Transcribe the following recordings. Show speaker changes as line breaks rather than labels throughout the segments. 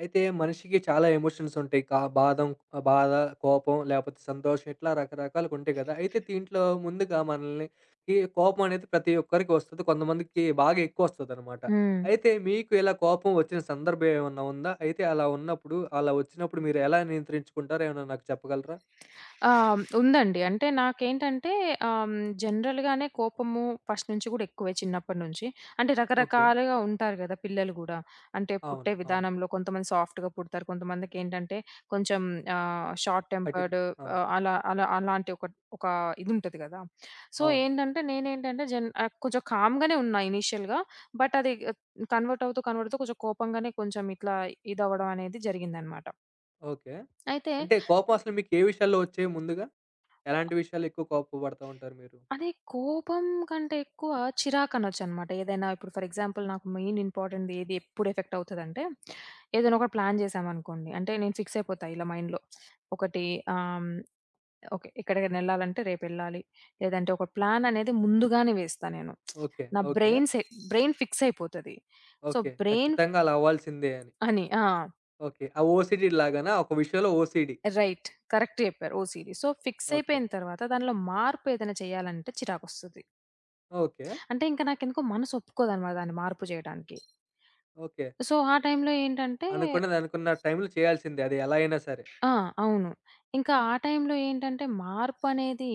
అయితే మనిషికి చాలా ఎమోషన్స్ ఉంటాయి. కా బాధం బాధ, కోపం లేపోతే సంతోషం ఇట్లా రకరకాలుగుంటాయి గదా! అయితే దీంట్లో ముందుగా మనల్ని ఈ కోపం అనేది ప్రతి ఒక్కరికి వస్తది. కొంతమందికి బాగా ఎక్కువొస్తదనమాట.
హ్మ్.
అయితే మీకు ఇలా కోపం వచ్చిన సందర్భం ఏమన్నా ఉందా? అయితే అలా ఉన్నప్పుడు అలా వచ్చినప్పుడు మీరు ఎలా నియంత్రించుకుంటారో ఏమైనా నాకు చెప్పగలరా?
ఉందండి. అంటే నాకేంటంటే ఆహ్, జనరల్‌గానే కోపము ఫస్ట్ నుంచి గూడా ఎక్కువే చిన్నప్పటి నుంచి. అంటే
ఓకే.
రకరకాలుగా ఉంటారు గదా! పిల్లలు గూడా. అంటే
అవును.
పుట్టే
అవును.
విధానంలో కొంతమంది సాఫ్ట్‌గా పుడతారు. కొంతమందికేంటంటే కొంచెం షార్ట్
కఠిన్.
టెంపర్డ్,
అవును.
ఆహ్, అలా అలా అలాంటి ఒక ఒక ఇదుంటది గదా! సో,
అవును.
ఏంటంటే నేనేంటంటే కొంచెం కామ్‌గానే ఉన్నా ఇనీషియల్‌గా. బట్ అది కన్వర్ట్ అవుతూ, కన్వర్ట్ అవుతూ కొంచెం కోపంగానే కొంచెం ఇట్లా ఇదవ్వడం అనేది జరిగిందనమాట.
ఓకే.
అయితే
అంటే కోపం అసలు మీకు ఏ విషయాల్లో వచ్చాయి ముందుగా? ఎలాంటి విషయాల్లో ఎక్కువ కోపపడతా ఉంటారు మీరు?
అదే కోపం కంటే ఎక్కువ చిరాకనొచ్చనమాట. ఏదైనా ఇప్పుడు ఫర్ ఎగ్జాంపుల్ నాకు మెయిన్ ఇంపార్టెంట్‌ది ఏది ఎప్పుడు ఎఫెక్ట్ అవుతదంటే, ఏదైనా ఒకటి ప్లాన్ జేశామనుకోండి. అంటే నేను ఫిక్స్ అయిపోతా ఇలా మైండ్‌లో. ఒకటి ఆహ్, హ్మ్, ఓకే. ఎక్కడికైనెళ్ళాలంటే రేపెళ్ళాలి. లేదంటే ఒక ప్లాన్ అనేది ముందుగానే వేస్తా నేను.
ఓకే.
నా
ఓకే.
బ్రెయిన్ సె బ్రెయిన్ ఫిక్స్ అయిపోతది. So,
okay.
బ్రెయిన్
ఖచ్చితంగా అలా అవ్వాల్సిందే అని.
అని. ఆ!
ఓకే. ఆ ఓసీడీ లాగానా? ఒక విషయంలో ఓసీడీ.
రైట్. కరెక్ట్ జెప్పారు. ఓసీడీ. So, fix
okay.
అయిపోయిన తర్వాత దానిలో మార్పు ఏదైనా చేయాలంటే చిరాకొస్తది.
ఓకే.
అంటే ఇంక నాకెందుకో మనసు ఒప్పుకోదనమాట దాన్ని మార్పు జేయడానికి.
ఓకే.
సో, ఆ టైంలో ఏంటంటే
అనుకున్నది అనుకున్న టైంలో చేయాల్సిందే. అది ఎలా అయినా సరే.
ఆ! అవును. ఇంకా ఆ టైంలో ఏంటంటే మార్పనేది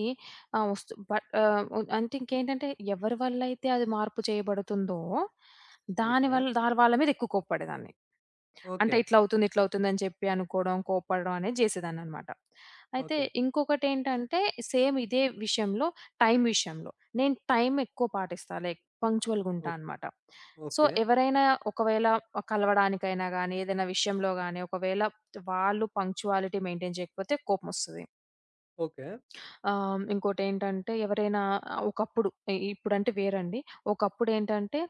వస్తు బట్ అంటే ఇంకేంటంటే ఎవరి వల్లైతే అది మార్పు చేయబడుతుందో దాని
ఓకే.
వల్ల దాని వాళ్ళ మీద ఎక్కువ కోప్పడేదాన్ని. అంటే
ఓకే.
ఇట్లవుతుంది, ఇట్లవుతుందని చెప్పి అనుకోవడం, కోప్పడడం అనేది జేసేదాన్ననమాట. అయితే
ఓకే.
ఇంకొకటేంటంటే సేమ్ ఇదే విషయంలో టైం విషయంలో. నేను టైం ఎక్కువ పాటిస్తా. లైక్ పంక్చువల్‌గుంటా
ఓక్.
అనమాట. So,
okay.
ఎవరైనా ఒకవేళ కలవడానికైనా గానీ, ఏదైనా విషయంలో గానీ, ఒకవేళ వాళ్ళు పంక్చువాలిటీ మెయింటైన్ చేయకపోతే కోపమొస్తది.
ఓకే.
ఇంకోటేంటంటే ఎవరైనా ఒకప్పుడు ఇప్పుడంటే వేరండి. ఒకప్పుడేంటంటే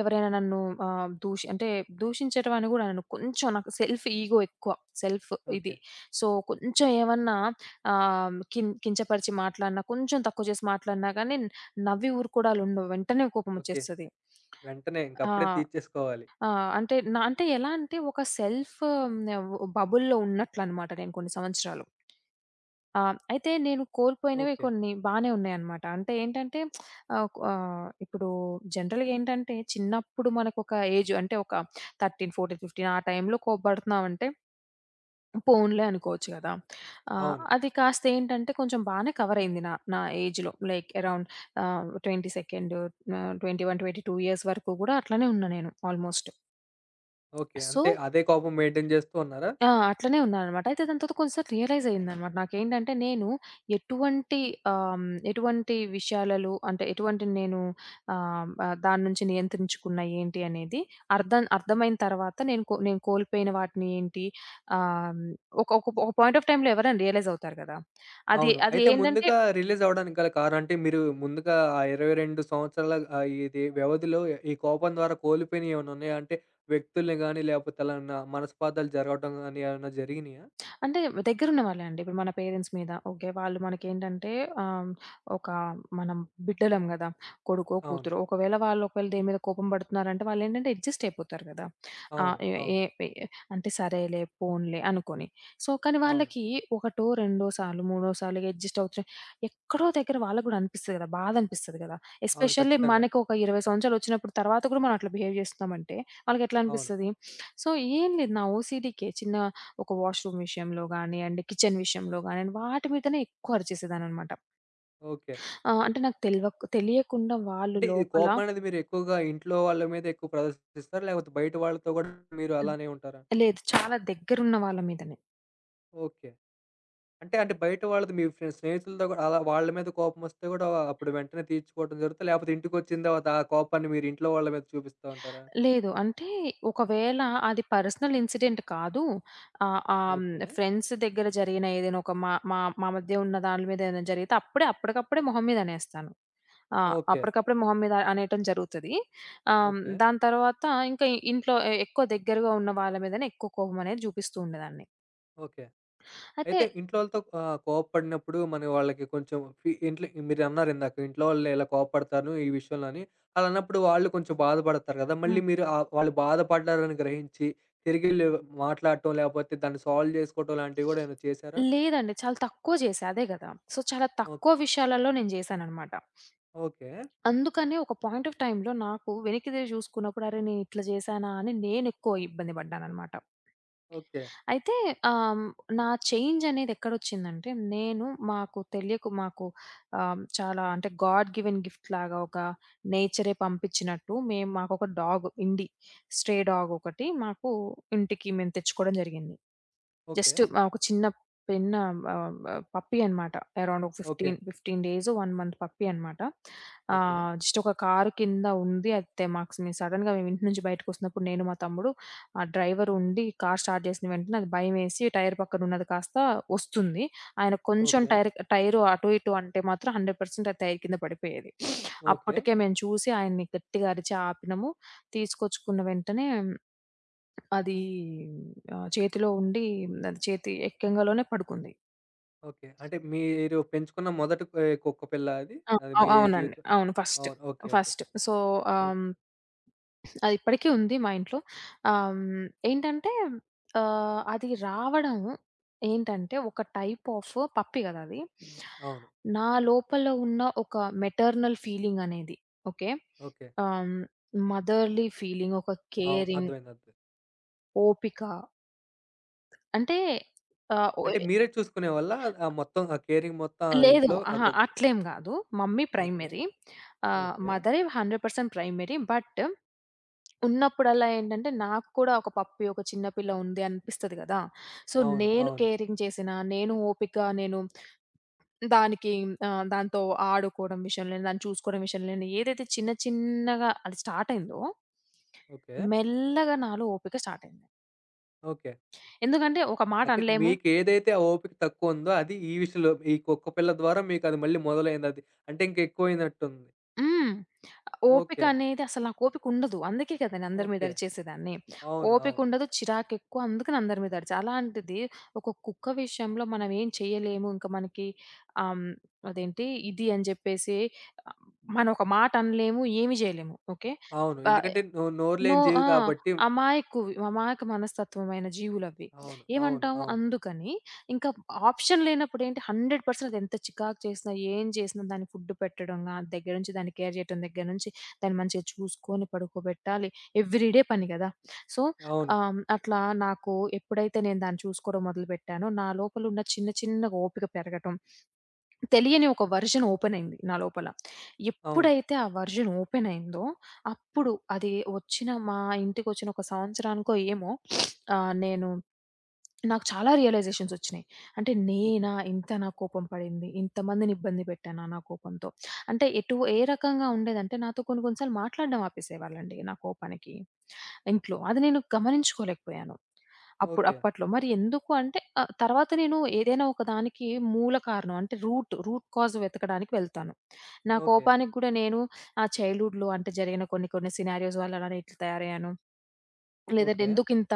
ఎవరైనా నన్ను ఆహ్, దూషి అంటే దూషించటం అని గూడా అనను. కొంచెం నాకు సెల్ఫ్ ఈగో ఎక్కువ. Self
okay.
ఇది. సో, కొంచెం ఏమన్నా ఆహ్, కిం కించపరిచి మాట్లాడినా, కొంచెం తక్కువ చేసి మాట్లాడినా గానీ నవ్వి ఊరుకోవడాలుండవు. వెంటనే
ఓకే.
కోపమొచ్చేస్తది.
వెంటనే ఇంకప్పుడే
ఆ!
తీర్చేసుకోవాలి.
ఆ! అంటే నా అంటే ఎలా అంటే ఒక సెల్ఫ్ బబుల్‌లో ఉన్నట్లనమాట నేను కొన్ని సంవత్సరాలు. ఆ! అయితే నేను కోల్పోయినవి
ఓకే.
కొన్ని బానే ఉన్నాయన్నమాట. అంటే ఏంటంటే ఆహ్, ఆహ్, ఇప్పుడు జనరల్‌గా ఏంటంటే చిన్నప్పుడు మనకొక ఏజ్ అంటే ఒక 13, 14, 15 ఆ టైంలో కోప్పడుతున్నామంటే పోన్లే అనుకోవచ్చు గదా!
అవును.
అది కాస్త ఏంటంటే కొంచెం బానే కవర్ అయింది నా నా ఏజ్‌లో. లైక్ అరౌండ్ ఆహ్, 22 ఆహ్, 21, 22 ఇయర్స్ వరకు గూడా అట్లనే ఉన్నా నేను ఆల్‌మోస్ట్.
ఓకే.
సో,
అంతే అదే కోపం మెయింటైన్ చేస్తూ ఉన్నారా?
ఆ! అట్లనే ఉన్నాననమాట. అయితే దాని తర్వాత కొంచెం సేపు రియలైజ్ అయిందనమాట. నాకేంటంటే నేను ఎటువంటి ఆహ్, ఎటువంటి విషయాలలో అంటే ఎటువంటి నేను ఆహ్, ఆహ్, దాని నుంచి నియంత్రించుకున్నా ఏంటి అనేది అర్థమైన తర్వాత నేను కోల్పోయిన వాటిని ఏంటి ఆహ్, ఒక ఒక ఒక పాయింట్ ఆఫ్ టైమ్‌లో ఎవరైనా రియలైజ్ అవుతారు గదా! అది
అవును.
అది
అయితే
ఏంటంటే
ముందుగా రిలీజ్ అవ్వడానికి గల కారణం అంటే మీరు ముందుగా ఆ 22 సంవత్సరాల ఆహ్, ఇది వ్యవధిలో ఈ కోపం ద్వారా కోల్పోయినయి ఏమైనా ఉన్నాయా? అంటే వ్యక్తుల్ని గాని లేకపోతే ఎలాన్నా మనస్పాతాలు జరగటం గాని ఏమన్నా జరిగినియా?
అంటే దగ్గరున్నవాళ్ళే అండి. ఇప్పుడు మన పేరెంట్స్ మీద ఓకే. వాళ్ళు మనకేంటంటే ఆహ్, ఒక మనం బిడ్డలం గదా! కొడుకో,
అవును.
కూతురో ఒకవేళ వాళ్ళు ఒకవేళ దేని మీద కోపం పడుతున్నారంటే వాళ్ళేంటంటే అడ్జస్ట్ అయిపోతారు గదా! ఆహ్,
అవును.
ఎ ఏ
అవును.
ఏ అంటే సరేలే, పోన్లే అనుకోని. సో, కానీ
అవును.
వాళ్ళకి ఒకటో, రెండో సార్లు, మూడో సార్లు అడ్జస్ట్ అవుతున్న ఎక్కడో దగ్గర వాళ్ళకి గూడా అనిపిస్తది గదా! బాధ అనిపిస్తది గదా!
అవును.
ఎస్పెషల్లీ
ఖచ్చితంగా.
మనకు ఒక 20 సంవత్సరాలు వచ్చినప్పుడు తర్వాత గూడా మనం అట్లా బిహేవ్ చేస్తున్నామంటే వాళ్ళకెట్లా
అవును.
అనిపిస్తది? సో, ఏం లేదు నా ఓసీడీకే చిన్న ఒక వాష్‌రూమ్ విషయంలో గానియండి, కిచెన్ విషయంలో గానియండి, వాటి మీదనే ఎక్కువ అరిచేసేదాన్ననమాట.
ఓకే.
అంటే నాకు తెలియకుండా వాళ్ళు
అంటే ఈ
లోపల
కోపం అనేది మీరు ఎక్కువగా ఇంట్లో వాళ్ళ మీద ఎక్కువ ప్రదర్శిస్తారా? లేకపోతే బయట వాళ్ళతో గూడా మీరు
హ్మ్.
అలానే ఉంటారా?
లేదు. చాలా దగ్గరున్న వాళ్ళ మీదనే.
ఓకే. అంటే బయట వాళ్ళది మీ ఫ్రె స్నేహితులతో గూడా అలా వాళ్ళ మీద కోపమొస్తే గూడా అప్పుడు వెంటనే తీర్చుకోవడం జరుగుతా? లేపోతే ఇంటికొచ్చిన తర్వాత ఆ కోపాన్ని మీరు ఇంట్లో వాళ్ళ మీద చూపిస్తా ఉంటారా?
లేదు. అంటే ఒకవేళ అది పర్సనల్ ఇన్సిడెంట్ కాదు. ఆహ్, ఆహ్, హ్మ్,
ఓకే.
ఫ్రెండ్స్ దగ్గర జరిగిన ఏదైనా ఒక మా మా మా మధ్య ఉన్న దాని మీద ఏదైనా జరిగితే అప్పటికప్పుడే మొహం మీద అనేస్తాను. ఆ!
ఓకే.
అప్పటికప్పుడే మొహం మీద అనేయటం జరుగుతది.
ఓకే.
దాని తర్వాత ఇంకా ఇంట్లో ఎక్కువ దగ్గరగా ఉన్న వాళ్ళ మీదనే ఎక్కువ కోపం అనేది చూపిస్తూ ఉండేదాన్ని.
ఓకే.
అయితే
అయితే ఇంట్లో వాళ్ళతో కోప్పడినప్పుడు మన వాళ్ళకి కొంచెం ఫీ ఇంట్లో మీరన్నారు ఇందాక ఇంట్లో వాళ్ళు ఇలా కోప్పడతాను ఈ విషయంలో అని. అలా అన్నప్పుడు వాళ్ళు కొంచెం బాధపడతారు గదా!
హ్మ్.
మళ్ళీ మీరు వాళ్ళు బాధపడ్డారని గ్రహించి తిరిగిళ్ళు మాట్లాడటం లేపోతే దాన్ని సాల్వ్ జేసుకోవటం లాంటివి గూడా ఏమైనా చేశారా?
లేదండి. చాలా తక్కువ చేశా. అదే గదా! సో, చాలా
ఓహ్!
తక్కువ విషయాలలో నేను చేశాననమాట.
ఓకే.
అందుకనే ఒక పాయింట్ ఆఫ్ టైమ్‌లో నాకు వెనక్కి తిరిగి చూసుకున్నప్పుడు, అరే! నేను ఇట్లా చేశానా అని నేను ఎక్కువ ఇబ్బంది పడ్డాననమాట.
ఓకే.
అయితే ఆహ్, నా చేంజ్ అనేది ఎక్కడొచ్చిందంటే, నేను మాకు చాలా అంటే గాడ్ గివెన్ గిఫ్ట్ లాగా ఒక నేచరే పంపించినట్టు మేము మాకొక డాగ్ ఇండి, స్ట్రే డాగ్ ఒకటి మాకు ఇంటికి మేము తెచ్చుకోవడం జరిగింది.
ఓకే.
జస్ట్ ఒక చిన్న పెన్ ఆహ్, ఆహ్, ఆహ్, పప్పీ అనమాట. అరౌండ్ ఒక
ఓకే.
15 డేస్, 1 మంత్ పప్పీ అనమాట.
ఓకే.
జస్ట్ ఒక కారు కింద ఉంది. అయితే మేము సడెన్‌గా మేము ఇంటి నుంచి బయటకొస్తున్నప్పుడు నేను, మా తమ్ముడు ఆ డ్రైవర్ ఉండి కార్ స్టార్ట్ చేసిన వెంటనే అది భయమేసి టైర్ పక్కన ఉన్నది కాస్త వస్తుంది. ఆయన కొంచెం
ఓకే.
టైరు అటు ఇటు అంటే మాత్రం 100% ఆ టైర్ కింద పడిపోయేది.
ఓకే.
అప్పటికే మేము చూసి ఆయన్ని గట్టిగా అరిచి ఆపినాము. తీసుకొచ్చుకున్న వెంటనే అది చేతిలో ఉండి అది చేతి ఎక్కంగాలోనే పడుకుంది.
ఓకే. అంటే మీరు పెంచుకున్న మొదటి కుక్క పిల్లా అది?
ఆ!
అది మీ
అవునండి.
జీవితం
అవును. ఫస్ట్.
అవును. Okay. Okay.
First. So,
okay.
ఆహ్, అది ఇప్పటికి ఉంది మా ఇంట్లో. ఆహ్, ఏంటంటే అది రావడం ఏంటంటే ఒక టైప్ ఆఫ్ పప్పీ కదా! అది.
అవును.
నా లోపల ఉన్న ఒక మెటర్నల్ ఫీలింగ్ అనేది ఓకే.
ఓకే.
ఆహ్, మదర్‌లీ ఫీలింగ్, ఒక
అవును.
కేరింగ్,
అర్థమైంది. అర్థమైంది.
ఓపిక అంటే ఆహ్,
అంటే మీరే చూసుకునేవాళ్ళా? ఆ మొత్తం ఆ కేరింగ్ మొత్తం ఆ
లేదు.
ఇంట్లో ఆ
అహా!
కుక్క.
అట్లేం గాదు. Mummy
okay.
ప్రైమరీ.
ఓకే.
మదరే 100% ప్రైమరీ. బట్ ఉన్నప్పుడల్లా ఏంటంటే, నాకు కూడా ఒక పప్పి, ఒక చిన్న పిల్ల ఉంది అనిపిస్తది గదా! సో,
అవును.
నేను
అవును.
కేరింగ్ చేసినా, నేను ఓపికగా నేను దానికి దాంతో ఆడుకోవడం విషయంలో, దాన్ని చూసుకోవడం విషయంలో ఏదైతే చిన్న చిన్నగా అది స్టార్ట్ అయిందో,
ఓకే.
మెల్లగా నాలో ఓపిక స్టార్ట్ అయింది.
ఓకే.
ఎందుకంటే, ఒక మాట
అయితే
అనలేము.
మీకేదైతే ఆ ఓపిక తక్కువుందో అది ఈ విషయంలో ఈ కుక్క పిల్ల ద్వారా మీకది మళ్ళీ మొదలైందది. అంటే ఇంక ఎక్కువైనట్టుంది.
హ్మ్. ఓపిక
ఓకే.
అనేది అసలు నాకు ఓపికుండదు. అందుకే కదా నేను అందరి మీద
ఓకే.
అరిచేసేదాన్ని.
అవును. అవును.
ఓపికుండదు, చిరాకెక్కువ అందుకని అందరి మీద అరిచా. అలాంటిది ఒక కుక్క విషయంలో మనం ఏం చేయలేము. ఇంక మనకి ఆహ్, హ్మ్, అదేంటి ఇది అని జెప్పేసి ఆహ్, మనం ఒక మాట అనలేము. ఏమి జేయలేము. ఓకే.
అవును.
ప
ఎందుకంటే నో నోరు
నో
లేని జీవి
ఆ!
కాబట్టి
అమాయక మనస్తత్వమైన జీవులవి.
అవును. అవును.
ఏమంటాము
అవును.
అందుకని ఇంకా ఆప్షన్ లేనప్పుడు ఏంటి 100% అదెంత చికాకు చేసినా, ఏం చేసినా దాని ఫుడ్ పెట్టడం గాని దగ్గర నుంచి దాన్ని కేర్ చేయటం దగ్గర నుంచి దాన్ని మంచిగా చూసుకొని పడుకోబెట్టాలి. ఎవ్రీ డే పని గదా! సో,
అవును.
అట్లా నాకు ఎప్పుడైతే నేను దాన్ని చూసుకోవడం మొదలుపెట్టానో, నా లోపలున్న చిన్న చిన్నగా ఓపిక పెరగటం, తెలియని ఒక వెర్షన్ ఓపెన్ అయింది నా లోపల.
అవును.
ఎప్పుడైతే ఆ వెర్షన్ ఓపెన్ అయిందో, అప్పుడు అది వచ్చిన ఇంటికొచ్చిన ఒక సంవత్సరానికో ఏమో ఆహ్, నేను నాకు చాలా రియలైజేషన్స్ వచ్చినాయి. అంటే
ఓకే.
నేనా ఇంతనా కోపం పడింది? ఇంతమందిని ఇబ్బంది పెట్టానా నా కోపంతో? అంటే ఏ రకంగా ఉండేదంటే నాతో కొన్ని కొన్ని సార్లు మాట్లాడడం ఆపేసేవాళ్ళండి నా కోపానికి ఇంట్లో. అది నేను గమనించుకోలేకపోయాను. అప్పుడు
ఓకే.
అప్పట్లో. మరి ఎందుకు అంటే తర్వాత నేను ఏదైనా ఒక దానికి మూల కారణం అంటే రూట్ కాజ్ వెతకడానికి వెళ్తాను. నా
ఓకే.
కోపానికి గూడా నేను ఆ చైల్డ్‌హుడ్‌లో అంటే జరిగిన కొన్ని కొన్ని సినారియోస్ వల్ల నేను ఇట్లా తయారయ్యాను. లేదంటే
ఓకే.
ఎందుకింత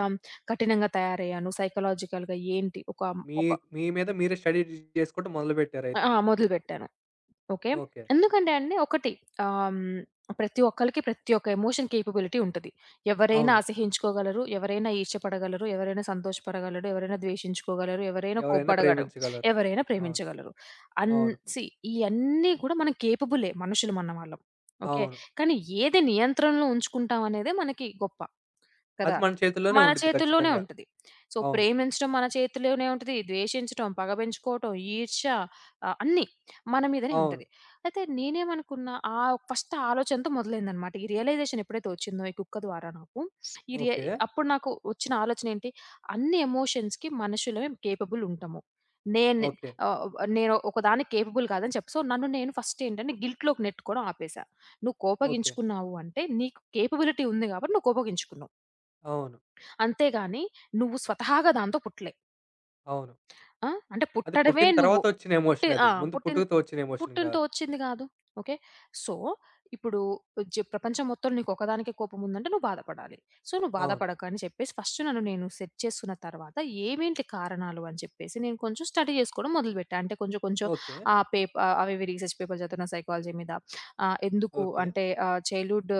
కఠినంగా తయారయ్యాను సైకలాజికల్‌గా ఏంటి? ఒక
మీ
ఒక
మీ మీద మీరే స్టడీ చేసుకోవడం మొదలుపెట్టారయితే.
ఆ! మొదలుపెట్టాను. ఓకే.
ఓకే.
ఎందుకంటే అండి ఒకటి ఆహ్, హ్మ్, ప్రతి ఒక్కళ్ళకి ప్రతి ఒక్క ఎమోషన్ కేపబిలిటీ ఉంటది. ఎవరైనా
అవును.
అసహించుకోగలరు, ఎవరైనా ఈర్ష్యపడగలరు, ఎవరైనా సంతోషపడగలరు, ఎవరైనా ద్వేషించుకోగలరు, ఎవరైనా
ఎవరైనా
కోప్పడగలరు,
ప్రేమించగలరు.
ఎవరైనా
అవును.
ప్రేమించగలరు. అన్
అవును.
సీ ఇయన్నీ కూడా మనం కేపబులే మనుషులమన్న వాళ్ళం. ఓకే.
అవును.
కానీ ఏది నియంత్రణలో ఉంచుకుంటాం అనేదే మనకి గొప్ప.
అది
కదా!
మన చేతుల్లోనే
మన
ఉండిద్ది
చేతుల్లోనే
ఖచ్చితంగా.
ఉంటది. సో,
అవును.
ప్రేమించడం మన చేతిలోనే ఉంటది. ద్వేషించటం, పగ పెంచుకోవటం, ఈర్ష్య అన్నీ మన మీదనే
అవును.
ఉంటది. అయితే నేనేమనుకున్నా ఆ ఫస్ట్ ఆలోచనతో మొదలైందనమాట. ఈ రియలైజేషన్ ఎప్పుడైతే వచ్చిందో ఈ కుక్క ద్వారా నాకు, ఈ రియే
ఓకే.
అప్పుడు నాకు వచ్చిన ఆలోచన ఏంటి? అన్ని ఎమోషన్స్‌కి మనుషులమే కేపబుల్ ఉంటాము. నేను
ఓకే.
ఆహ్, నేను ఒకదాన్ని కేపబుల్ కాదని చెప్పి సో, నన్ను నేను ఫస్ట్ ఏంటంటే గిల్ట్‌లోకి నెట్టుకోవడం ఆపేసా. నువ్వు
ఓకే.
కోపగించుకున్నావు అంటే నీకు కేపబిలిటీ ఉంది కాబట్టి నువ్వు కోపగించుకున్నావు.
అవును.
అంతేగాని నువ్వు స్వతహాగా దాంతో పుట్టలే.
అవును.
ఆ! అంటే
అది
పుట్టడమే
పుట్టిన
నువ్వు.
తర్వాత వచ్చిన
పుట్టి
ఎమోషన్ అది.
ఆ!
ముందు
పుట్టిన్
పుట్టుకతో వచ్చిన ఎమోషన్
పుట్టినతో
కాదు.
వచ్చింది గాదు. ఓకే. సో, ఇప్పుడు ప్రపంచం మొత్తం నీకొక్కదానికే కోపముందంటే నువ్వు బాధపడాలి. సో, నువ్వు
అవును.
బాధపడకు అని చెప్పేసి ఫస్ట్ నన్ను నేను సెట్ చేసుకున్న తర్వాత ఏమేంటి కారణాలు అని చెప్పేసి నేను కొంచెం స్టడీ జేసుకోవడం మొదలుపెట్టా. అంటే కొంచెం కొంచెం
ఓకే.
ఆ పేప్ అవి ఇవి రీసెర్చ్ పేపర్స్ చదువుతున్న సైకాలజీ మీద. ఎందుకు
ఓకే.
అంటే చైల్డ్‌హుడ్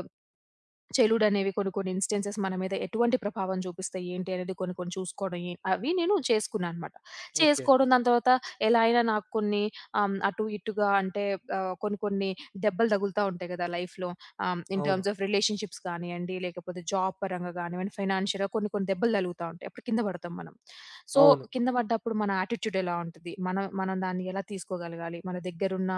చెలుడనేవి కొన్ని కొన్ని ఇన్‌స్టెన్సెస్ మన మీద ఎటువంటి ప్రభావం చూపిస్తాయి ఏంటి అనేది కొన్ని కొన్ని చూసుకోవడం అవి నేను చేసుకున్నాననమాట.
ఓకే.
చేసుకోవడం దాని తర్వాత ఎలా అయినా నాకు కొన్ని అటు ఇటుగా అంటే కొన్ని కొన్ని దెబ్బలు తగులుతా ఉంటాయి కదా లైఫ్‌లో. ఇన్
అవును.
టర్మ్స్ ఆఫ్ రిలేషన్‌షిప్స్ కానియండి, లేకపోతే జాబ్ పరంగా కానివ్వండి, ఫైనాన్షియల్‌గా కొన్ని కొన్ని దెబ్బలు తగులుతా ఉంటాయి. అప్పుడు కింద పడతాం మనం. సో,
అవును.
కింద పడ్డప్పుడు మన యాటిట్యూడ్ ఎలా ఉంటది? మనం మనం దాన్ని ఎలా తీసుకోగలగాలి? మన దగ్గరున్న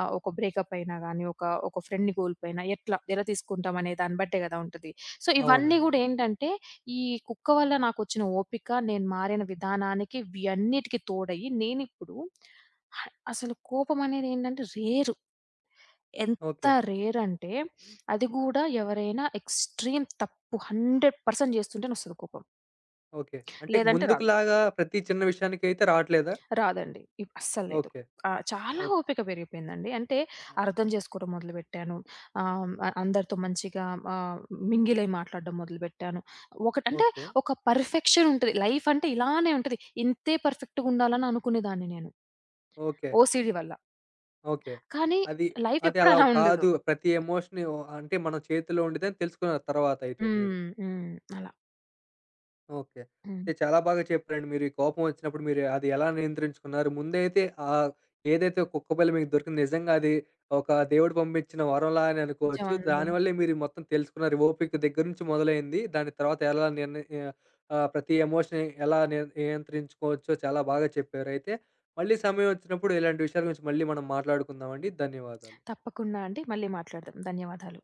ఒక బ్రేకప్ అయినా గాని, ఒక ఒక ఫ్రెండ్‌ని కోల్పోయినా ఎలా తీసుకుంటాం అనే దాన్ని బట్టే గదా! ఉంటది. సో, ఇవన్నీ
అవునండి.
గూడా ఏంటంటే, ఈ కుక్క వల్ల నాకొచ్చిన ఓపిక, నేను మారిన విధానానికి ఇవన్నిటికి తోడయ్యి, నేనిప్పుడు హ అసలు కోపం అనేది ఏంటంటే రేరు. ఎంత
ఓకే.
రేర్ అంటే, అది గూడా ఎవరైనా ఎక్స్‌ట్రీమ్ తప్పు 100% చేస్తుంటేనొస్తది కోపం.
ఓకే. అంటే
లేదంటే రాదు.
ముందుకులాగా ప్రతి చిన్న విషయానికైతే రావట్లేదా?
రాదండి. అస్సలు లేదు.
ఓకే.
ఆ! చాలా
ఓక్.
ఓపిక పెరిగిపోయిందండి. అంటే అర్థం చేసుకోవడం మొదలుపెట్టాను. ఆహ్, అ అందరితో మంచిగా ఆహ్, మింగిల్ అయి మాట్లాడడం మొదలుపెట్టాను. ఒకటంటే
ఓకే.
ఒక పర్ఫెక్షన్ ఉంటది. లైఫ్ అంటే ఇలానే ఉంటది. ఇంతే పర్ఫెక్ట్‌గా ఉండాలని అనుకునేదాన్ని నేను.
ఓకే.
ఓసీడీ వల్ల.
ఓకే.
కానీ
అది
లైఫ్
అది
ఎప్పుడు
అలా
అలా ఉండదు.
కాదు. ప్రతి ఎమోషను అంటే మన చేతిలో ఉండిద్దని తెలుసుకున్నారు తర్వాతయితే మీరు.
హ్మ్. హ్మ్. అలా.
ఓకే.
హ్మ్.
అయితే చాలా బాగా చెప్పారండి మీరు. ఈ కోపం వచ్చినప్పుడు మీరు అది ఎలా నియంత్రించుకున్నారు? ముందైతే ఆహ్, ఏదైతే కుక్కపిల్ల మీకు దొరికింది నిజంగా అది ఒక దేవుడు పంపించిన వరంలా అని అనుకోవచ్చు.
నిజమండి.
దానివల్లే మీరు మొత్తం తెలుసుకున్నారు. ఓపిక దగ్గర నుంచి మొదలైంది. దాని తర్వాత ఎలా నిర్ణ ఆహ్, ఆహ్, ప్రతి ఎమోషన్ ఎలా నియ నియంత్రించుకోవచ్చో చాలా బాగా చెప్పారు. అయితే మళ్ళీ సమయం వచ్చినప్పుడు ఇలాంటి విషయాల గురించి మళ్ళీ మనం మాట్లాడుకుందామండి. ధన్యవాదాలు.
తప్పకుండా అండి. మళ్ళీ మాట్లాడదాం. ధన్యవాదాలు.